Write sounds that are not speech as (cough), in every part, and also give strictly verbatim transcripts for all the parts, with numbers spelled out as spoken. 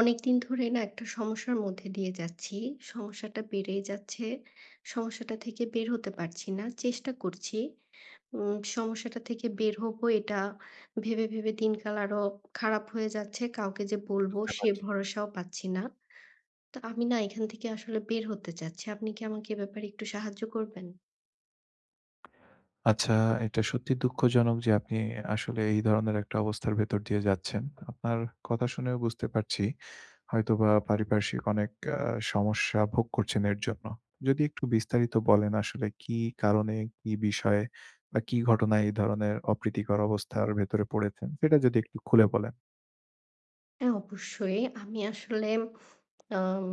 অনেকদিন ধরে না একটা সমস্যার মধ্যে দিয়ে যাচ্ছি। সমস্যাটা বেড়েই যাচ্ছে। সমস্যাটা থেকে বের হতে পারছি না। চেষ্টা করছি। উম সমস্যাটা থেকে বের হবো এটা ভেবে, ভেবে দিনকাল আরো খারাপ হয়ে যাচ্ছে। কাউকে যে বলবো বুঝতে সে পারছি। ভরসাও পাচ্ছি না। তো আমি না এখান থেকে আসলে বের হতে চাচ্ছি। আপনি কি আমাকে এ ব্যাপারে একটু সাহায্য করবেন? আচ্ছা, এটা সত্যি দুঃখজনক যে আপনি আসলে এই ধরনের একটা অবস্থার ভেতর দিয়ে যাচ্ছেন। আপনার কথা শুনেও বুঝতে পারছি হয়তোবা পারিপার্শ্বিক অনেক আ সমস্যা ভোগ করছেন এর জন্য। যদি একটু বিস্তারিত বলেন আসলে কি কারণে, কি বিষয়ে বা কি ঘটনায় এই ধরনের অপ্রীতিকর অবস্থার ভেতরে পড়েছেন, সেটা যদি একটু খুলে বলেন। হ্যাঁ, অবশ্যই। আমি আসলে আম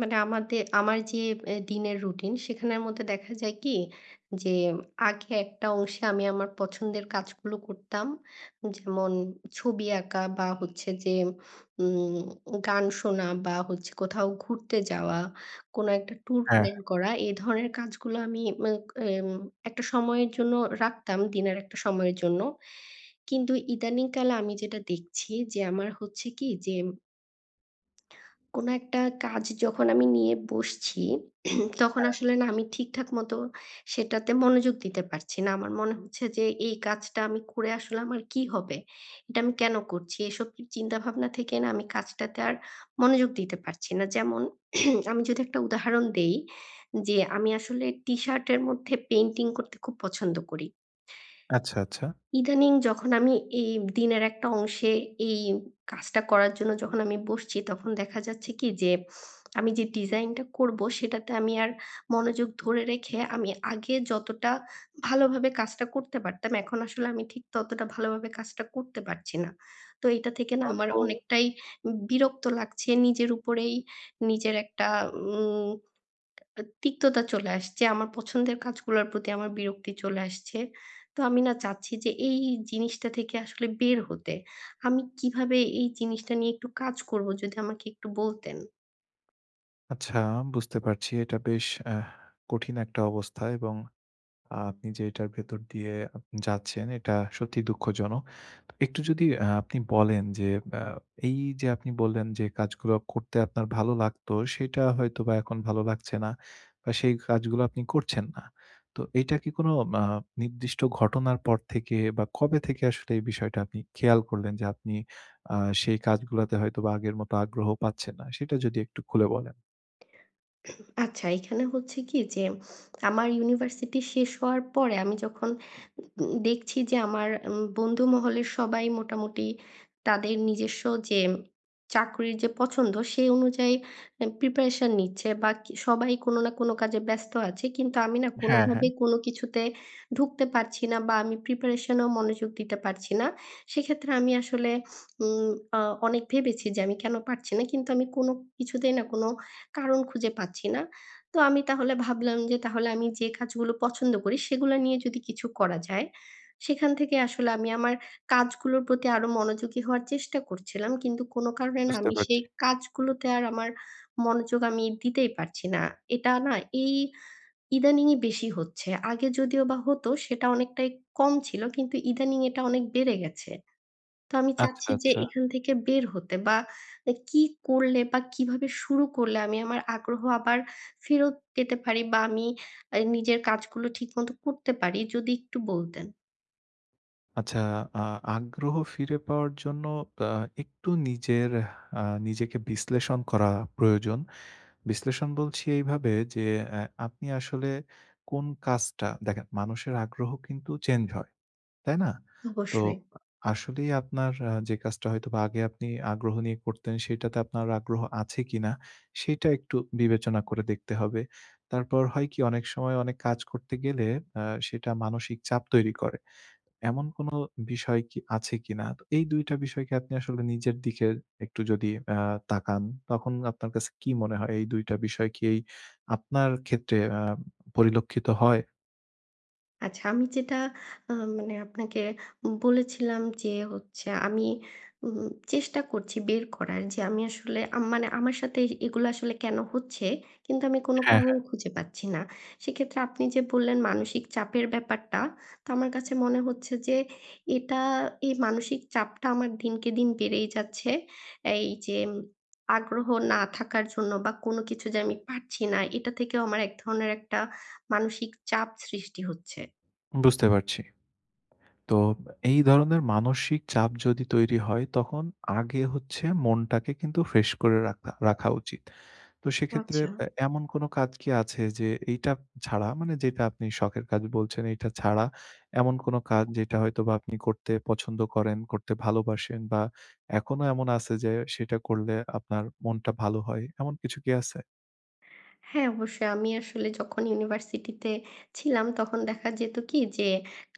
মানে আমাদের আমার যে এ দিনের রুটিন সেখানের মধ্যে দেখা যায় কি? যে আগে একটা অংশে আমি আমার পছন্দের কাজগুলো করতাম। যেমন ছবি আঁকা বা হচ্ছে যে উম গান শোনা বা হচ্ছে কোথাও ঘুরতে যাওয়া, কোনো একটা ট্যুর হ্যাঁ, প্ল্যান হ্যাঁ। করা। এই ধরনের কাজগুলো আমি মা এম একটা সময়ের জন্য রাখতাম, দিনের একটা সময়ের জন্য। কিন্তু ইদানিংকালে আমি যেটা দেখছি যে আমার হচ্ছে কি? যে কোনো একটা কাজ যখন আমি নিয়ে বসছি, তখন আসলে না আমি ঠিকঠাক মতো সেটাতে মনোযোগ দিতে পারছি না। আমার মনে হচ্ছে যে এই কাজটা আমি করে আসলে আমার কি হবে? এটা আমি কেন করছি? এসব চিন্তা ভাবনা থেকে না আমি কাজটাতে আর মনোযোগ দিতে পারছি না। যেমন (clears throat) আমি যদি একটা উদাহরণ দেই, যে আমি আসলে টি-শার্টের মধ্যে পেইন্টিং করতে খুব পছন্দ করি। আচ্ছা, আচ্ছা। ইদানিং যখন আমি এই দিনের একটা অংশে এই কাজটা করার জন্য যখন আমি বসছি, তখন দেখা যাচ্ছে কি যে, আমি যে ডিজাইনটা করবো সেটাতে আমি আর মনোযোগ ধরে রেখে আমি আগে যতটা ভালোভাবে কাজটা করতে পারতাম, এখন আসলে আমি ঠিক ততটা ভালোভাবে কাজটা করতে পারছি না। তো এটা থেকে না আমার ওহো! অনেকটাই বিরক্ত লাগছে। নিজের উপরেই নিজের একটা উম আ তিক্ততা চলে আসছে। আমার পছন্দের কাজগুলোর প্রতি আমার বিরক্তি চলে আসছে। তো আমি না চাচ্ছি যে এই জিনিসটা থেকে আসলে বের হতে। আমি কিভাবে এই জিনিসটা নিয়ে একটু কাজ করব, যদি আমাকে একটু বলতেন? আচ্ছা, বুঝতে পারছি। এটা বেশ আহ কঠিন একটা অবস্থা, এবং আপনি যে এটার ভেতর দিয়ে আপনি যাচ্ছেন এটা সত্যিই দুঃখজনক। তো একটু যদি আ আপনি বলেন যে আ এই যে আপনি বললেন যে কাজগুলো করতে আপনার ভালো লাগতো সেটা হয়তোবা এখন ভালো লাগছে না বা সেই কাজগুলো আপনি করছেন না। তো এইটা কি কোনো আ নির্দিষ্ট ঘটনার পর থেকে বা কবে থেকে আসলে এই বিষয়টা আপনি খেয়াল করলেন যে আপনি আ সেই কাজগুলাতে হয়তোবা আগের মতো আগ্রহ পাচ্ছেন না? সেটা যদি একটু খুলে বলেন। আচ্ছা, এখানে হচ্ছে কি যে, আমার ইউনিভার্সিটি শেষ হওয়ার পরে আমি যখন উম দেখছি যে আমার উম বন্ধু মহলের সবাই মোটামুটি তাদের নিজস্ব যে চাকরির যে পছন্দ, সেই অনুযায়ী অ্যা প্রিপারেশন নিচ্ছে, বা কি সবাই কোনো না কোনো কাজে ব্যস্ত আছে। কিন্তু আমি না হ্যাঁ, হ্যাঁ। কোনোভাবেই কোনো কিছুতে ঢুকতে পারছি না, বা আমি প্রিপারেশন এও মনোযোগ দিতে পারছি না। সেক্ষেত্রে আমি আসলে উম আ অনেক ভেবেছি যে আমি কেন পারছি না। কিন্তু আমি কোনো কিছুতেই না কোনো কারণ খুঁজে পাচ্ছি না। তো আমি তাহলে ভাবলাম যে, তাহলে আমি যে কাজগুলো পছন্দ করি সেগুলা নিয়ে যদি কিছু করা যায়, সেখান থেকে আসলে আমি আমার কাজগুলোর প্রতি আরো মনোযোগী হওয়ার চেষ্টা করছিলাম। কিন্তু কোনো কারণে না বুঝতে আমি সেই পারছি। কাজগুলোতে আর আমার মনোযোগ আমি দিতেই পারছি না। এটা না এই ইদানিংই বেশি হচ্ছে। আগে যদিও বা হতো, সেটা অনেকটাই কম ছিল। কিন্তু ইদানিং এটা অনেক বেড়ে গেছে। তো আমি আচ্ছা, চাচ্ছি যে আচ্ছা। এখান থেকে বের হতে, বা এ কি করলে বা কিভাবে শুরু করলে আমি আমার আগ্রহ আবার ফেরত পেতে পারি, বা আমি আ নিজের কাজগুলো ঠিকমতো করতে পারি, যদি একটু বলতেন? আচ্ছা, আ আগ্রহ ফিরে পাওয়ার জন্য আ একটু নিজের আ নিজেকে বিশ্লেষণ করা প্রয়োজন। বিশ্লেষণ বলছি এইভাবে যে, অ্যা আপনি আসলে কোন কাজটা দেখেন, মানুষের আগ্রহ কিন্তু চেঞ্জ হয়, তাই না? তো অবশ্যই। আসলেই আপনার আ যে কাজটা হয়তোবা আগে আপনি আগ্রহ নিয়ে করতেন সেটাতে আপনার আগ্রহ আছে কিনা সেটা একটু বিবেচনা করে দেখতে হবে। তারপর হয় কি, অনেক সময় অনেক কাজ করতে গেলে আ সেটা মানসিক চাপ তৈরি করে। এমন কোনো বিষয় কি আছে কিনা? তো এই দুই টা বিষয়কে আপনি আসলে নিজের দিকে একটু যদি আ তাকান, তখন আপনার কাছে কি মনে হয়? এই দুই টা বিষয় কি এই আপনার ক্ষেত্রে আ পরিলক্ষিত হয়? আচ্ছা, আমি যেটা আ মানে আপনাকে বলেছিলাম যে হচ্ছে, আমি উম চেষ্টা করছি বের করার যে আমি আসলে, আম মানে আমার সাথে এগুলো আসলে কেন হচ্ছে? কিন্তু আমি কোনো হ্যাঁ, কারণ হ্যাঁ। খুঁজে পাচ্ছি না। সেক্ষেত্রে আপনি যে বললেন মানসিক চাপের ব্যাপারটা, তো আমার কাছে মনে হচ্ছে যে এটা এই মানসিক চাপটা আমার দিনকে দিন বেড়েই যাচ্ছে। এই যে উম, আগ্রহ না থাকার জন্য বা কোনো কিছু যে আমি পারছি না, এটা থেকেও আমার এক ধরনের একটা মানসিক চাপ সৃষ্টি হচ্ছে। বুঝতে পারছি। তো এই ধরনের মানসিক চাপ যদি তৈরি হয়, তখন আগে হচ্ছে মনটাকে কিন্তু ফ্রেশ করে রাখা রাখা উচিত। তো সেক্ষেত্রে আচ্ছা। অ্যা এমন কোনো কাজ কি আছে যে এইটা ছাড়া, মানে যেটা আপনি শখের কাজ বলছেন, এইটা ছাড়া এমন কোনো কাজ যেটা হয়তোবা আপনি করতে পছন্দ করেন, করতে ভালোবাসেন, বা এখনো এমন আছে যে সেটা করলে আপনার মনটা ভালো হয়, এমন কিছু কি আছে? হ্যাঁ, অবশ্যই। আমি আসলে যখন ইউনিভার্সিটিতে ছিলাম, তখন দেখা যেত কি যে,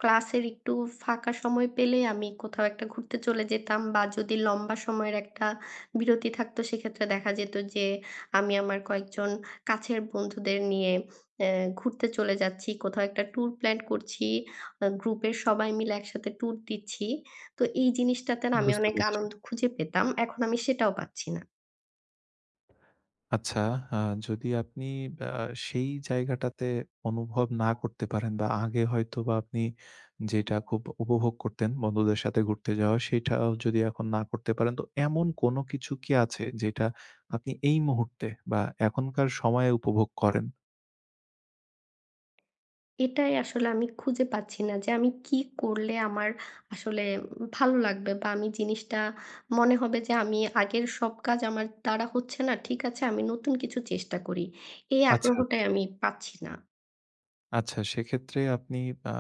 ক্লাসের একটু ফাঁকা সময় পেলেই আমি কোথাও একটা ঘুরতে চলে যেতাম, বা যদি লম্বা সময়ের একটা বিরতি থাকতো, সেক্ষেত্রে দেখা যেত যে, আমি আমার কয়েকজন কাছের বন্ধুদের নিয়ে অ্যা ঘুরতে চলে যাচ্ছি। কোথাও একটা ট্যুর প্ল্যান করছি। আ গ্রুপের সবাই মিলে একসাথে ট্যুর দিচ্ছি। তো এই জিনিসটাতে না আমি বুঝতে অনেক পারছি। আনন্দ খুঁজে পেতাম। এখন আমি সেটাও পাচ্ছি না। আচ্ছা, আ যদি আপনি আ সেই জায়গাটাতে অনুভব না করতে পারেন বা আগে হয়তোবা আপনি যেটা খুব উপভোগ করতেন বন্ধুদের সাথে ঘুরতে যাওয়া, সেটাও যদি এখন না করতে পারেন, তো এমন কোনো কিছু কি আছে যেটা আপনি এই মুহূর্তে বা এখনকার সময়ে উপভোগ করেন? এটাই আসলে আমি খুঁজে পাচ্ছি না যে আমি কি করলে আমার আসলে ভালো লাগবে, বা আমি জিনিসটা মনে হবে যে আমি আগের সব কাজ আমার দ্বারা হচ্ছে না, ঠিক আছে আমি নতুন কিছু চেষ্টা করি। এই আচ্ছা। আগ্রহটাই আমি পাচ্ছি না। আচ্ছা, সেক্ষেত্রে আপনি আ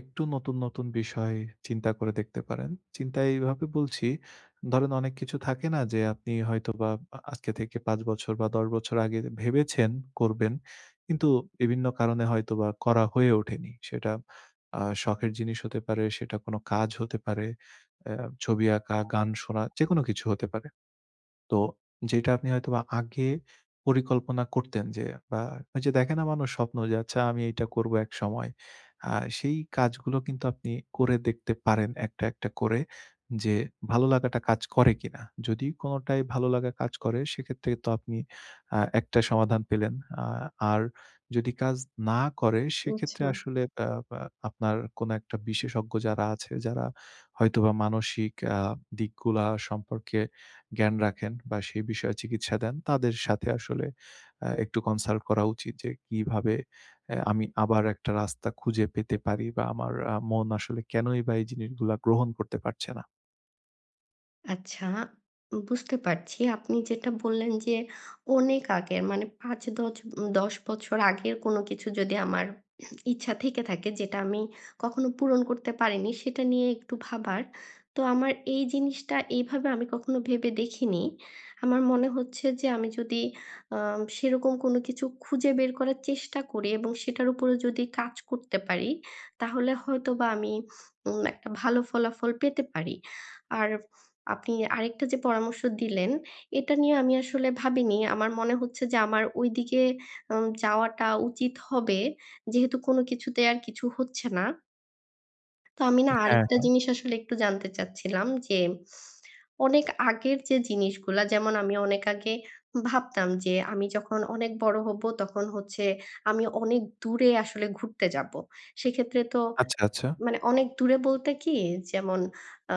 একটু নতুন, নতুন বিষয় চিন্তা করে দেখতে পারেন। চিন্তা এইভাবে বলছি, ধরেন অনেক কিছু থাকে না যে আপনি হয়তোবা আ আজকে থেকে পাঁচ বছর বা দশ বছর আগে ভেবেছেন করবেন। কিন্তু বিভিন্ন কারণে হয়তোবা করা হয়ে ওঠেনি। সেটা আ শখের জিনিস হতে পারে, সেটা কোনো কাজ হতে পারে, অ্যা ছবি আঁকা, গান শোনা, যেকোনো কিছু হতে পারে। তো যেটা আপনি হয়তোবা আগে পরিকল্পনা করতেন যে, বা ওই যে দেখে না মানুষ স্বপ্ন যে আচ্ছা আমি এইটা করব একসময়। আ সেই কাজগুলো কিন্তু আপনি করে দেখতে পারেন একটা, একটা করে যে ভালো লাগাটা কাজ করে কিনা? যদি কোনটাই ভালো লাগা কাজ করে সেক্ষেত্রে তো আপনি আ একটা সমাধান পেলেন। আ আর যদি কাজ না করে সেক্ষেত্রে আসলে আ আ আপনার কোন একটা বিশেষজ্ঞ যারা আছে যারা হয়তোবা মানসিক আ দিকগুলা সম্পর্কে জ্ঞান রাখেন বা সেই বিষয়ে চিকিৎসা দেন, তাদের সাথে আসলে আ একটু কনসাল্ট করা উচিত যে কিভাবে অ্যা আমি আবার একটা রাস্তা খুঁজে পেতে পারি বা আমার আ মন আসলে কেনই বা এই জিনিসগুলা গ্রহণ করতে পারছে না। আচ্ছা, বুঝতে পারছি। আপনি যেটা বললেন যে অনেক আগের, মানে পাঁচ দশ উম দশ বছর আগের কোনো কিছু যদি আমার ইচ্ছা থেকে থাকে যেটা আমি কখনো পূরণ করতে পারিনি, সেটা নিয়ে একটু ভাবার। তো আমার এই জিনিসটা এইভাবে আমি কখনো ভেবে দেখিনি। আমার মনে হচ্ছে যে আমি যদি আম সেরকম কোনো কিছু খুঁজে বের করার চেষ্টা করি এবং সেটার উপরে যদি কাজ করতে পারি, তাহলে হয়তোবা আমি উম একটা ভালো ফলাফল পেতে পারি। আর আপনি আরেকটা যে পরামর্শ দিলেন, এটা নিয়ে আমি আসলে ভাবিনি। আমার মনে হচ্ছে যে আমার ঐদিকে উম যাওয়াটা উচিত হবে। যেহেতু কোনো কিছুতে আর কিছু হচ্ছে না। তো আমি না হ্যাঁ, আরেকটা হ্যাঁ। জিনিস আসলে একটু জানতে চাচ্ছিলাম যে, অনেক আগের যে জিনিসগুলা, যেমন আমি অনেক আগে ভাবতাম যে আমি যখন অনেক বড় হব তখন হচ্ছে আমি অনেক দূরে আসলে ঘুরতে যাব। সেক্ষেত্রে তো আচ্ছা, আচ্ছা। মানে অনেক দূরে বলতে কি, যেমন আ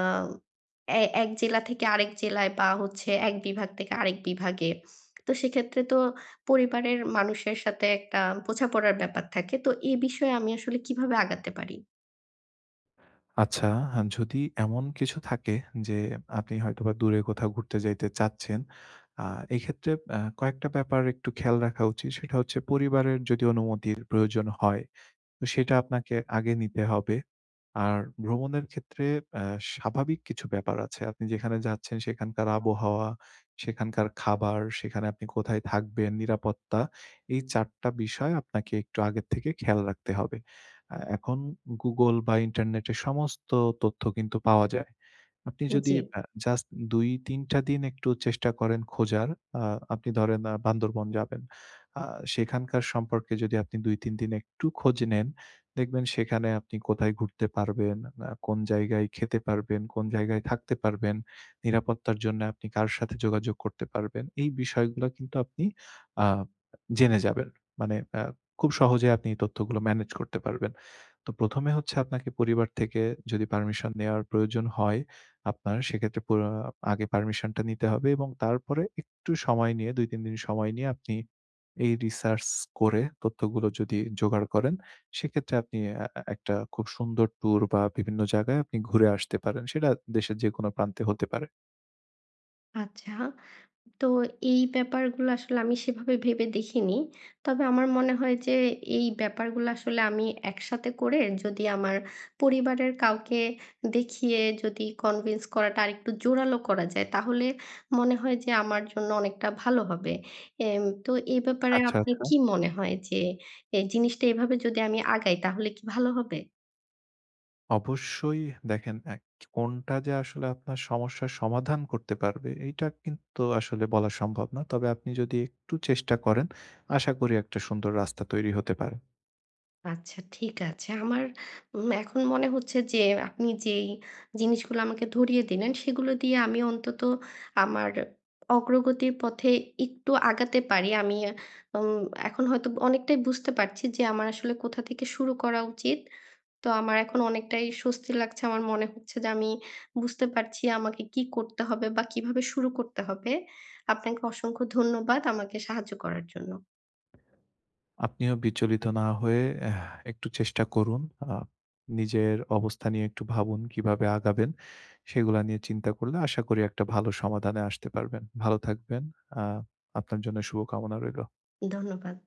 এ এক জেলা থেকে আরেক জেলায়, বা হচ্ছে এক বিভাগ থেকে আরেক বিভাগে। তো সেক্ষেত্রে তো পরিবারের মানুষের সাথে একটা বোঝাপড়ার ব্যাপার থাকে। তো এ বিষয়ে আমি আসলে কিভাবে আগাতে পারি? আচ্ছা, হ্যাঁ, যদি এমন কিছু থাকে যে আপনি হয়তোবা দূরে কোথাও ঘুরতে যাইতে চাচ্ছেন, আ এক্ষেত্রে আ কয়েকটা ব্যাপার একটু খেয়াল রাখা উচিত। সেটা হচ্ছে পরিবারের যদি অনুমতির প্রয়োজন হয়, তো সেটা আপনাকে আগে নিতে হবে। আর ভ্রমণের ক্ষেত্রে অ্যা স্বাভাবিক কিছু ব্যাপার আছে। আপনি যেখানে যাচ্ছেন সেখানকার আবহাওয়া, সেখানকার খাবার, সেখানে আপনি কোথায় থাকবেন, নিরাপত্তা — এই চার টা বিষয় আপনাকে একটু আগের থেকে খেয়াল রাখতে হবে। আ এখন গুগল বা ইন্টারনেটে সমস্ত তথ্য কিন্তু পাওয়া যায়। আপনি যদি জি। আ জাস্ট দুই তিন টা দিন একটু চেষ্টা করেন খোঁজার, আ আপনি ধরেন আ বান্দরবন যাবেন। আ সেখানকার সম্পর্কে যদি আপনি দুই তিন দিন একটু খোঁজ নেন, দেখবেন সেখানে আপনি কোথায় ঘুরতে পারবেন, আ কোন জায়গায় খেতে পারবেন, কোন জায়গায় থাকতে পারবেন, নিরাপত্তার জন্য আপনি কার সাথে যোগাযোগ করতে পারবেন। এই বিষয়গুলো কিন্তু আপনি আ জেনে যাবেন। মানে আ খুব সহজে আপনি এই তথ্যগুলো ম্যানেজ করতে পারবেন। তো প্রথম এ হচ্ছে আপনাকে পরিবার থেকে যদি পারমিশন নেওয়ার প্রয়োজন হয় আপনার, সেক্ষেত্রে পুর আগে পারমিশনটা নিতে হবে, এবং তারপরে একটু সময় নিয়ে দুই তিন দিন সময় নিয়ে আপনি এই রিসার্চ করে তথ্যগুলো যদি জোগাড় করেন, সেক্ষেত্রে আপনি আ আ- একটা খুব সুন্দর ট্যুর বা বিভিন্ন জায়গায় আপনি ঘুরে আসতে পারেন। সেটা দেশের যেকোনো প্রান্তে হতে পারে। আচ্ছা। তো এই ব্যাপারগুলো আসলে আমি সেভাবে ভেবে দেখিনি। তবে আমার মনে হয় যে এই ব্যাপারগুলো আসলে আমি একসাথে করে যদি আমার পরিবারের কাউকে দেখিয়ে, যদি কনভিন্স করাটা আরেকটু জোরালো করা যায়, তাহলে মনে হয় যে আমার জন্য অনেকটা ভালো হবে। এম তো এই ব্যাপারে আচ্ছা, আপনার আচ্ছা। কি মনে হয় যে এই জিনিসটা এভাবে যদি আমি আগাই, তাহলে কি ভালো হবে? অবশ্যই দেখেন, এক কোনটা যে আসলে আপনার সমস্যার সমাধান করতে পারবে এইটা কিন্তু আসলে বলা সম্ভব না। তবে আপনি যদি একটু চেষ্টা করেন, আশা করি একটা সুন্দর রাস্তা তৈরি হতে পারে। আচ্ছা, ঠিক আছে। আমার উম এখন মনে হচ্ছে যে আপনি যেই জিনিসগুলো আমাকে ধরিয়ে দিলেন, সেগুলো দিয়ে আমি অন্তত আমার অগ্রগতির পথে একটু আগাতে পারি। আমি উম এখন হয়তো অনেকটাই বুঝতে পারছি যে আমার আসলে কোথা থেকে শুরু করা উচিত। তো আমার এখন অনেকটাই স্বস্তি লাগছে। আমার মনে হচ্ছে যে আমি বুঝতে পারছি আমাকে কি করতে হবে বা কিভাবে শুরু করতে হবে। আপনাকে অসংখ্য ধন্যবাদ আমাকে সাহায্য করার জন্য। আপনিও বিচলিত না হয়ে এহ একটু চেষ্টা করুন। আ নিজের অবস্থা নিয়ে একটু ভাবুন কিভাবে আগাবেন, সেগুলা নিয়ে চিন্তা করলে আশা করি একটা ভালো সমাধানে আসতে পারবেন। ভালো থাকবেন। আ আপনার জন্য শুভকামনা রইল। ধন্যবাদ।